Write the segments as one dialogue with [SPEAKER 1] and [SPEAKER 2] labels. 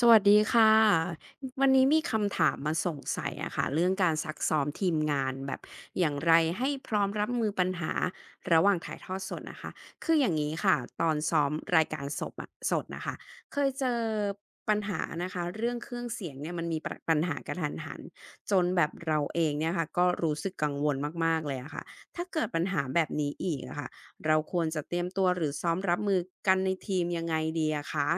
[SPEAKER 1] สวัสดีค่ะวันนี้มีคำถามมาสงสัยอะค่ะเรื่องการซักซ้อมทีมงานแบบอย่างไรให้พร้อมรับมือปัญหาระหว่างถ่ายทอดสดนะคะคืออย่างนี้ค่ะตอนซ้อมรายการสดอะสดนะคะเคยเจอปัญหานะคะเรื่องเครื่องเสียงเนี่ยมันมีปะปัญหากระทันหันจนแบบเราเองเนี่ยค่ะก็รู้สึกกังวลมากๆเลยอะค่ะถ้าเกิดปัญหาแบบนี้อีกอะค่ะเราควรจะเตรียมตัวหรือซ้อมรับมือกันในทีมยังไงดีอะคะ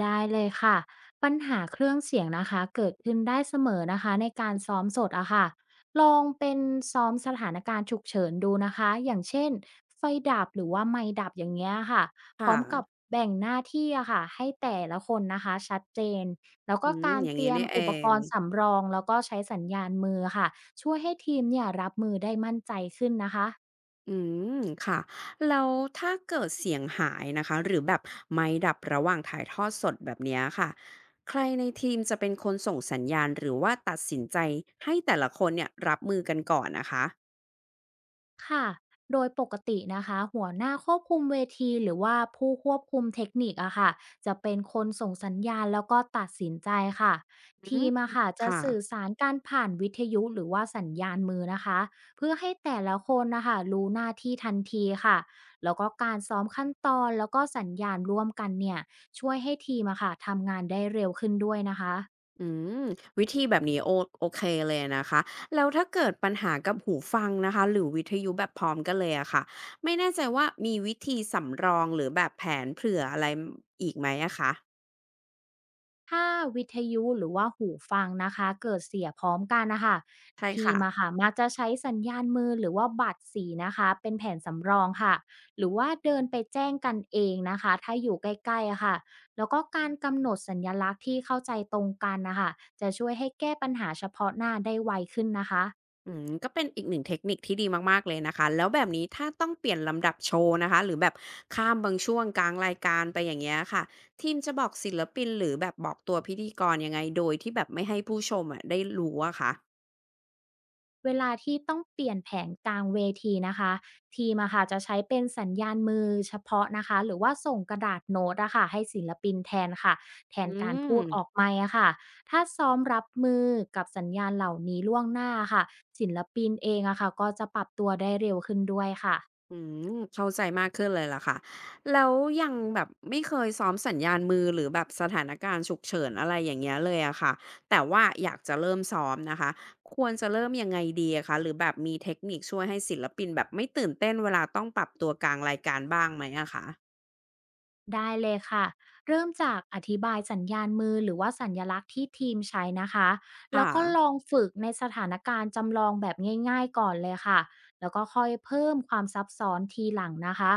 [SPEAKER 2] ได้เลยค่ะปัญหาเครื่องเสียงนะคะเกิดขึ้นได้เสมอนะคะในการซ้อมสดอะค่ะลองเป็นซ้อมสถานการณ์ฉุกเฉินดูนะคะอย่างเช่นไฟดับหรือว่าไมคดับอย่างเงี้ยค่ะพ
[SPEAKER 1] ค่ะ
[SPEAKER 2] ร้อมกับแบ่งหน้าที่อะค่ะให้แต่ละคนนะคะชัดเจนแล้ว
[SPEAKER 1] อื
[SPEAKER 2] ก็
[SPEAKER 1] ม
[SPEAKER 2] การ
[SPEAKER 1] อย่าง
[SPEAKER 2] เต
[SPEAKER 1] งี้
[SPEAKER 2] รียม
[SPEAKER 1] นี่เอ
[SPEAKER 2] อุปก
[SPEAKER 1] ง
[SPEAKER 2] รณ์สำรองแล้วก็ใช้สัญญาณมือค่ะช่วยให้ทีมเนี่ยรับมือได้มั่นใจขึ้นนะคะ
[SPEAKER 1] อืม ค่ะแล้วถ้าเกิดเสียงหายนะคะหรือแบบไมค์ดับระหว่างถ่ายทอดสดแบบเนี้ยค่ะใครในทีมจะเป็นคนส่งสัญญาณหรือว่าตัดสินใจให้แต่ละคนเนี่ยรับมือกันก่อนนะคะ
[SPEAKER 2] ค่ะโดยปกตินะคะหัวหน้าควบคุมเวทีหรือว่าผู้ควบคุมเทคนิคอะค่ะจะเป็นคนส่งสัญญาณแล้วก็ตัดสินใจค่ะ
[SPEAKER 1] อื
[SPEAKER 2] ที
[SPEAKER 1] ม
[SPEAKER 2] มอะค่ะจะ
[SPEAKER 1] ค่ะ
[SPEAKER 2] สื่อสารการผ่านวิทยุหรือว่าสัญญาณมือนะคะเพื่อให้แต่ละคนนะคะรู้หน้าที่ทันทีค่ะแล้วก็การซ้อมขั้นตอนแล้วก็สัญญาณร่วมกันเนี่ยช่วยให้ทีมอะค่ะทำงานได้เร็วขึ้นด้วยนะคะ
[SPEAKER 1] อืม วิธีแบบนี้โอโอเคเลยนะคะ แล้วถ้าเกิดปัญหากับหูฟังนะคะหรือวิทยุแบบพร้อมกันเลยอะค่ะไม่แน่ใจว่ามีวิธีสำรองหรือแบบแผนเผื่ออะไรอีกไหมอะคะ
[SPEAKER 2] ถ้าวิทยุหรือว่าหูฟังนะคะเกิดเสียพร้อมกันนะคะ
[SPEAKER 1] ใช่
[SPEAKER 2] ที
[SPEAKER 1] ค่ะ
[SPEAKER 2] มอะค่ะมักจะใช้สัญญาณมือหรือว่าบัตรสีนะคะเป็นแผนสำรองค่ะหรือว่าเดินไปแจ้งกันเองนะคะถ้าอยู่ใกล้ๆอะค่ะแล้วก็การกำหนดสัญลักษณ์ที่เข้าใจตรงกันนะคะจะช่วยให้แก้ปัญหาเฉพาะหน้าได้ไวขึ้นนะคะ
[SPEAKER 1] อืมก็เป็นอีกหนึ่งเทคนิคที่ดีมากๆเลยนะคะแล้วแบบนี้ถ้าต้องเปลี่ยนลำดับโชว์นะคะหรือแบบข้ามบางช่วงกลางรายการไปอย่างเงี้ยค่ะทีมจะบอกศิลปินหรือแบบบอกตัวพิธีกรยังไงโดยที่แบบไม่ให้ผู้ชมอะได้รู้อะคะ
[SPEAKER 2] เวลาที่ต้องเปลี่ยนแผงกลางเวทีนะคะทีมอะค่ะจะใช้เป็นสัญญาณมือเฉพาะนะคะหรือว่าส่งกระดาษโน้ตอะค่ะให้ศิลปินแทนค่ะแท
[SPEAKER 1] อื
[SPEAKER 2] นการ
[SPEAKER 1] ม
[SPEAKER 2] พูดออกไมค์อะค่ะถ้าซ้อมรับมือกับสัญญาณเหล่านี้ล่วงหน้าค่ะศิลปินเองอะค่ะก็จะปรับตัวได้เร็วขึ้นด้วยค่ะ
[SPEAKER 1] อืมเข้าใจมากขึ้นเลยล่ะค่ะแล้วยังแบบไม่เคยซ้อมสัญญาณมือหรือแบบสถานการณ์ฉุกเฉินอะไรอย่างเงี้ยเลยอะค่ะแต่ว่าอยากจะเริ่มซ้อมนะคะควรจะเริ่มยังไงดีอะคะหรือแบบมีเทคนิคช่วยให้ศิลปินแบบไม่ตื่นเต้นเวลาต้องปรับตัวกลางรายการบ้างไหมอะคะ
[SPEAKER 2] ได้เลยค่ะเริ่มจากอธิบายสัญญาณมือหรือว่าสัญลักษณ์ที่ทีมใช้นะคะแล้ว
[SPEAKER 1] ค่ะ
[SPEAKER 2] ก็ลองฝึกในสถานการณ์จำลองแบบง่ายๆก่อนเลยค่ะแล้วก็ค่อยเพิ่มความซับซ้อนทีหลังนะคะ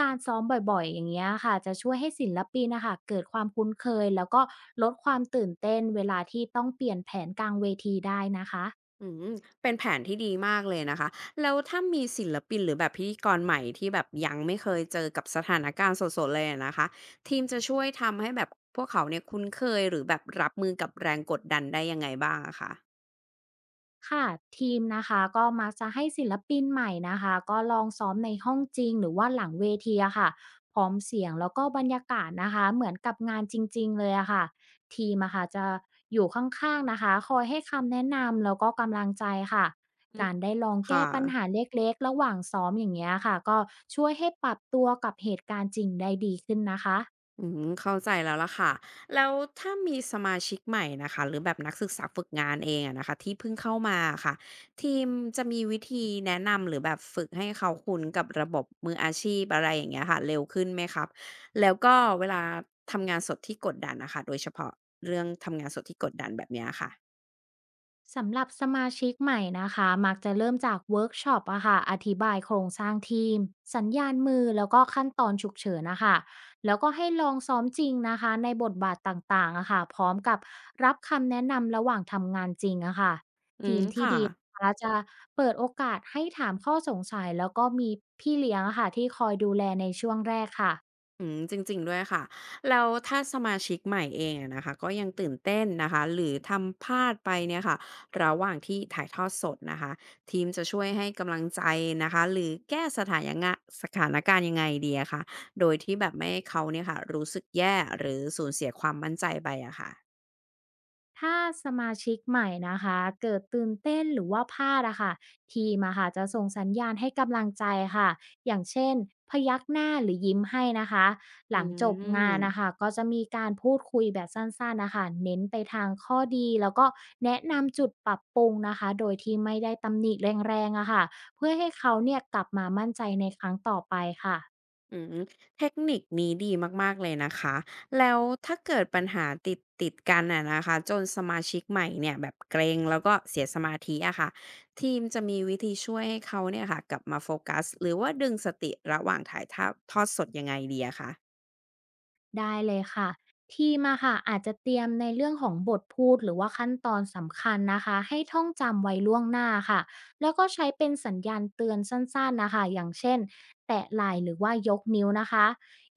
[SPEAKER 2] การซ้อมบ่อยๆอย่างเงี้ยค่ะจะช่วยให้ศิลปินนะคะเกิดความคุ้นเคยแล้วก็ลดความตื่นเต้นเวลาที่ต้องเปลี่ยนแผนกลางเวทีได้นะคะ
[SPEAKER 1] อืมเป็นแผนที่ดีมากเลยนะคะ แล้วถ้ามีศิลปินหรือแบบพิธีกรใหม่ที่แบบยังไม่เคยเจอกับสถานการณ์สดๆเลยอะนะคะทีมจะช่วยทำให้แบบพวกเขาเนี่ยคุ้นเคยหรือแบบรับมือกับแรงกดดันได้ยังไงบ้างอะคะ
[SPEAKER 2] ค่ะทีมนะคะก็มักจะให้ศิลปินใหม่นะคะก็ลองซ้อมในห้องจริงหรือว่าหลังเวทีอะค่ะพร้อมเสียงแล้วก็บรรยากาศนะคะเหมือนกับงานจริงๆเลยอะค่ะทีมอะค่ะจะอยู่ข้างๆนะคะคอยให้คำแนะนำแล้วก็กำลังใจค่ะ
[SPEAKER 1] อืม
[SPEAKER 2] การได้ลองแก้
[SPEAKER 1] ค่ะ
[SPEAKER 2] ปัญหาเล็กๆระหว่างซ้อมอย่างเงี้ยค่ะก็ช่วยให้ปรับตัวกับเหตุการณ์จริงได้ดีขึ้นนะคะ
[SPEAKER 1] อืมเข้าใจแล้วล่ะค่ะแล้วถ้ามีสมาชิกใหม่นะคะหรือแบบนักศึกษาฝึกงานเองอะนะคะที่เพิ่งเข้ามาอะค่ะทีมจะมีวิธีแนะนำหรือแบบฝึกให้เขาคุ้นกับระบบมืออาชีพอะไรอย่างเงี้ยค่ะเร็วขึ้นไหมครับแล้วก็เวลาทำงานสดที่กดดันนะคะโดยเฉพาะเรื่องทำงานสดที่กดดันแบบเนี้ยค่ะ
[SPEAKER 2] สำหรับสมาชิกใหม่นะคะมักจะเริ่มจากเวิร์กช็อปอะค่ะอธิบายโครงสร้างทีมสัญญาณมือแล้วก็ขั้นตอนฉุกเฉินนะคะแล้วก็ให้ลองซ้อมจริงนะคะในบทบาทต่างๆอะค่ะพร้อมกับรับคำแนะนำระหว่างทำงานจริงอะค่ะ
[SPEAKER 1] อื
[SPEAKER 2] ที
[SPEAKER 1] ม
[SPEAKER 2] มที่
[SPEAKER 1] ค่ะ
[SPEAKER 2] ดีนะคะจะเปิดโอกาสให้ถามข้อสงสัยแล้วก็มีพี่เลี้ยงอะค่ะที่คอยดูแลในช่วงแรกค่ะ
[SPEAKER 1] อืมจริงๆด้วยค่ะแล้วถ้าสมาชิกใหม่เองอะนะคะก็ยังตื่นเต้นนะคะหรือทำพลาดไปเนี่ยค่ะระหว่างที่ถ่ายทอดสดนะคะทีมจะช่วยให้กำลังใจนะคะหรือแก้สถานการณ์ยังไงดีอะคะโดยที่แบบไม่ให้เขาเนี่ยค่ะรู้สึกแย่หรือสูญเสียความมั่นใจไปอะค่ะ
[SPEAKER 2] ถ้าสมาชิกใหม่นะคะเกิดตื่นเต้นหรือว่าพลาดอะค่ะทีมอะค่ะจะส่งสัญญาณให้กำลังใจค่ะอย่างเช่นพยักหน้าหรือยิ้มให้นะคะ
[SPEAKER 1] อื
[SPEAKER 2] หลังจบงานนะคะ
[SPEAKER 1] ม
[SPEAKER 2] ก็จะมีการพูดคุยแบบสั้นๆนะคะเน้นไปทางข้อดีแล้วก็แนะนำจุดปรับปรุงนะคะโดยที่ไม่ได้ตำหนิแรงๆอะค่ะเพื่อให้เขาเนี่ยกลับมามั่นใจในครั้งต่อไปค่ะ
[SPEAKER 1] อืมเทคนิคนี้ดีมากๆเลยนะคะ แล้วถ้าเกิดปัญหาติดกันอะนะคะจนสมาชิกใหม่เนี่ยแบบเกรงแล้วก็เสียสมาธิอะค่ะทีมจะมีวิธีช่วยให้เขาเนี่ยค่ะกลับมาโฟกัสหรือว่าดึงสติระหว่างถ่ายทอดสดยังไงดีอะคะ
[SPEAKER 2] ได้เลยค่ะทีมอะค่ะอาจจะเตรียมในเรื่องของบทพูดหรือว่าขั้นตอนสำคัญนะคะให้ท่องจำไว้ล่วงหน้าค่ะแล้วก็ใช้เป็นสัญญาณเตือนสั้นๆนะคะอย่างเช่นแตะไหล่หรือว่ายกนิ้วนะคะ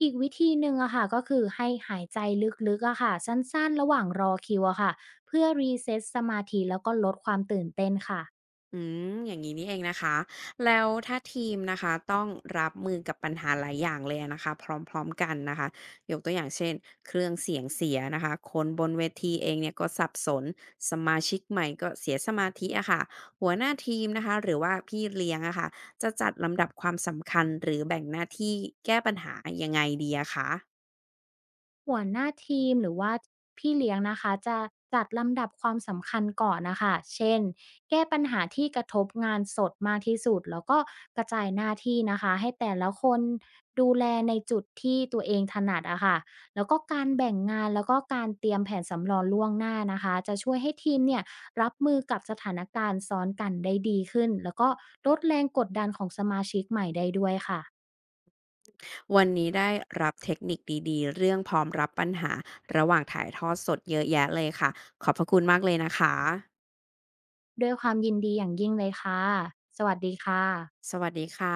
[SPEAKER 2] อีกวิธีหนึ่งอะค่ะก็คือให้หายใจลึกๆอะค่ะสั้นๆระหว่างรอคิวอะค่ะเพื่อรีเซ็ตสมาธิแล้วก็ลดความตื่นเต้นค่ะ
[SPEAKER 1] อืมอย่างนี้นี่เองนะคะแล้วถ้าทีมนะคะต้องรับมือกับปัญหาหลายอย่างเลยนะคะพร้อมๆกันนะคะยกตัวอย่างเช่นเครื่องเสียงเสียนะคะคนบนเวทีเองเนี่ยก็สับสนสมาชิกใหม่ก็เสียสมาธิอะค่ะหัวหน้าทีมนะคะหรือว่าพี่เลี้ยงอะค่ะจะจัดลำดับความสำคัญหรือแบ่งหน้าที่แก้ปัญหายังไงดีอะคะ
[SPEAKER 2] หัวหน้าทีมหรือว่าพี่เลี้ยงนะคะจะจัดลำดับความสำคัญก่อนนะคะเช่นแก้ปัญหาที่กระทบงานสดมากที่สุดแล้วก็กระจายหน้าที่นะคะให้แต่ละคนดูแลในจุดที่ตัวเองถนัดอะค่ะแล้วก็การแบ่งงานแล้วก็การเตรียมแผนสำรองล่วงหน้านะคะจะช่วยให้ทีมเนี่ยรับมือกับสถานการณ์ซ้อนกันได้ดีขึ้นแล้วก็ลดแรงกดดันของสมาชิกใหม่ได้ด้วยค่ะ
[SPEAKER 1] วันนี้ได้รับเทคนิคดีๆเรื่องพร้อมรับปัญหาระหว่างถ่ายทอดสดเยอะแยะเลยค่ะขอบพระคุณมากเลยนะคะ
[SPEAKER 2] ด้วยความยินดีอย่างยิ่งเลยค่ะสวัสดีค่ะ
[SPEAKER 1] สวัสดีค่ะ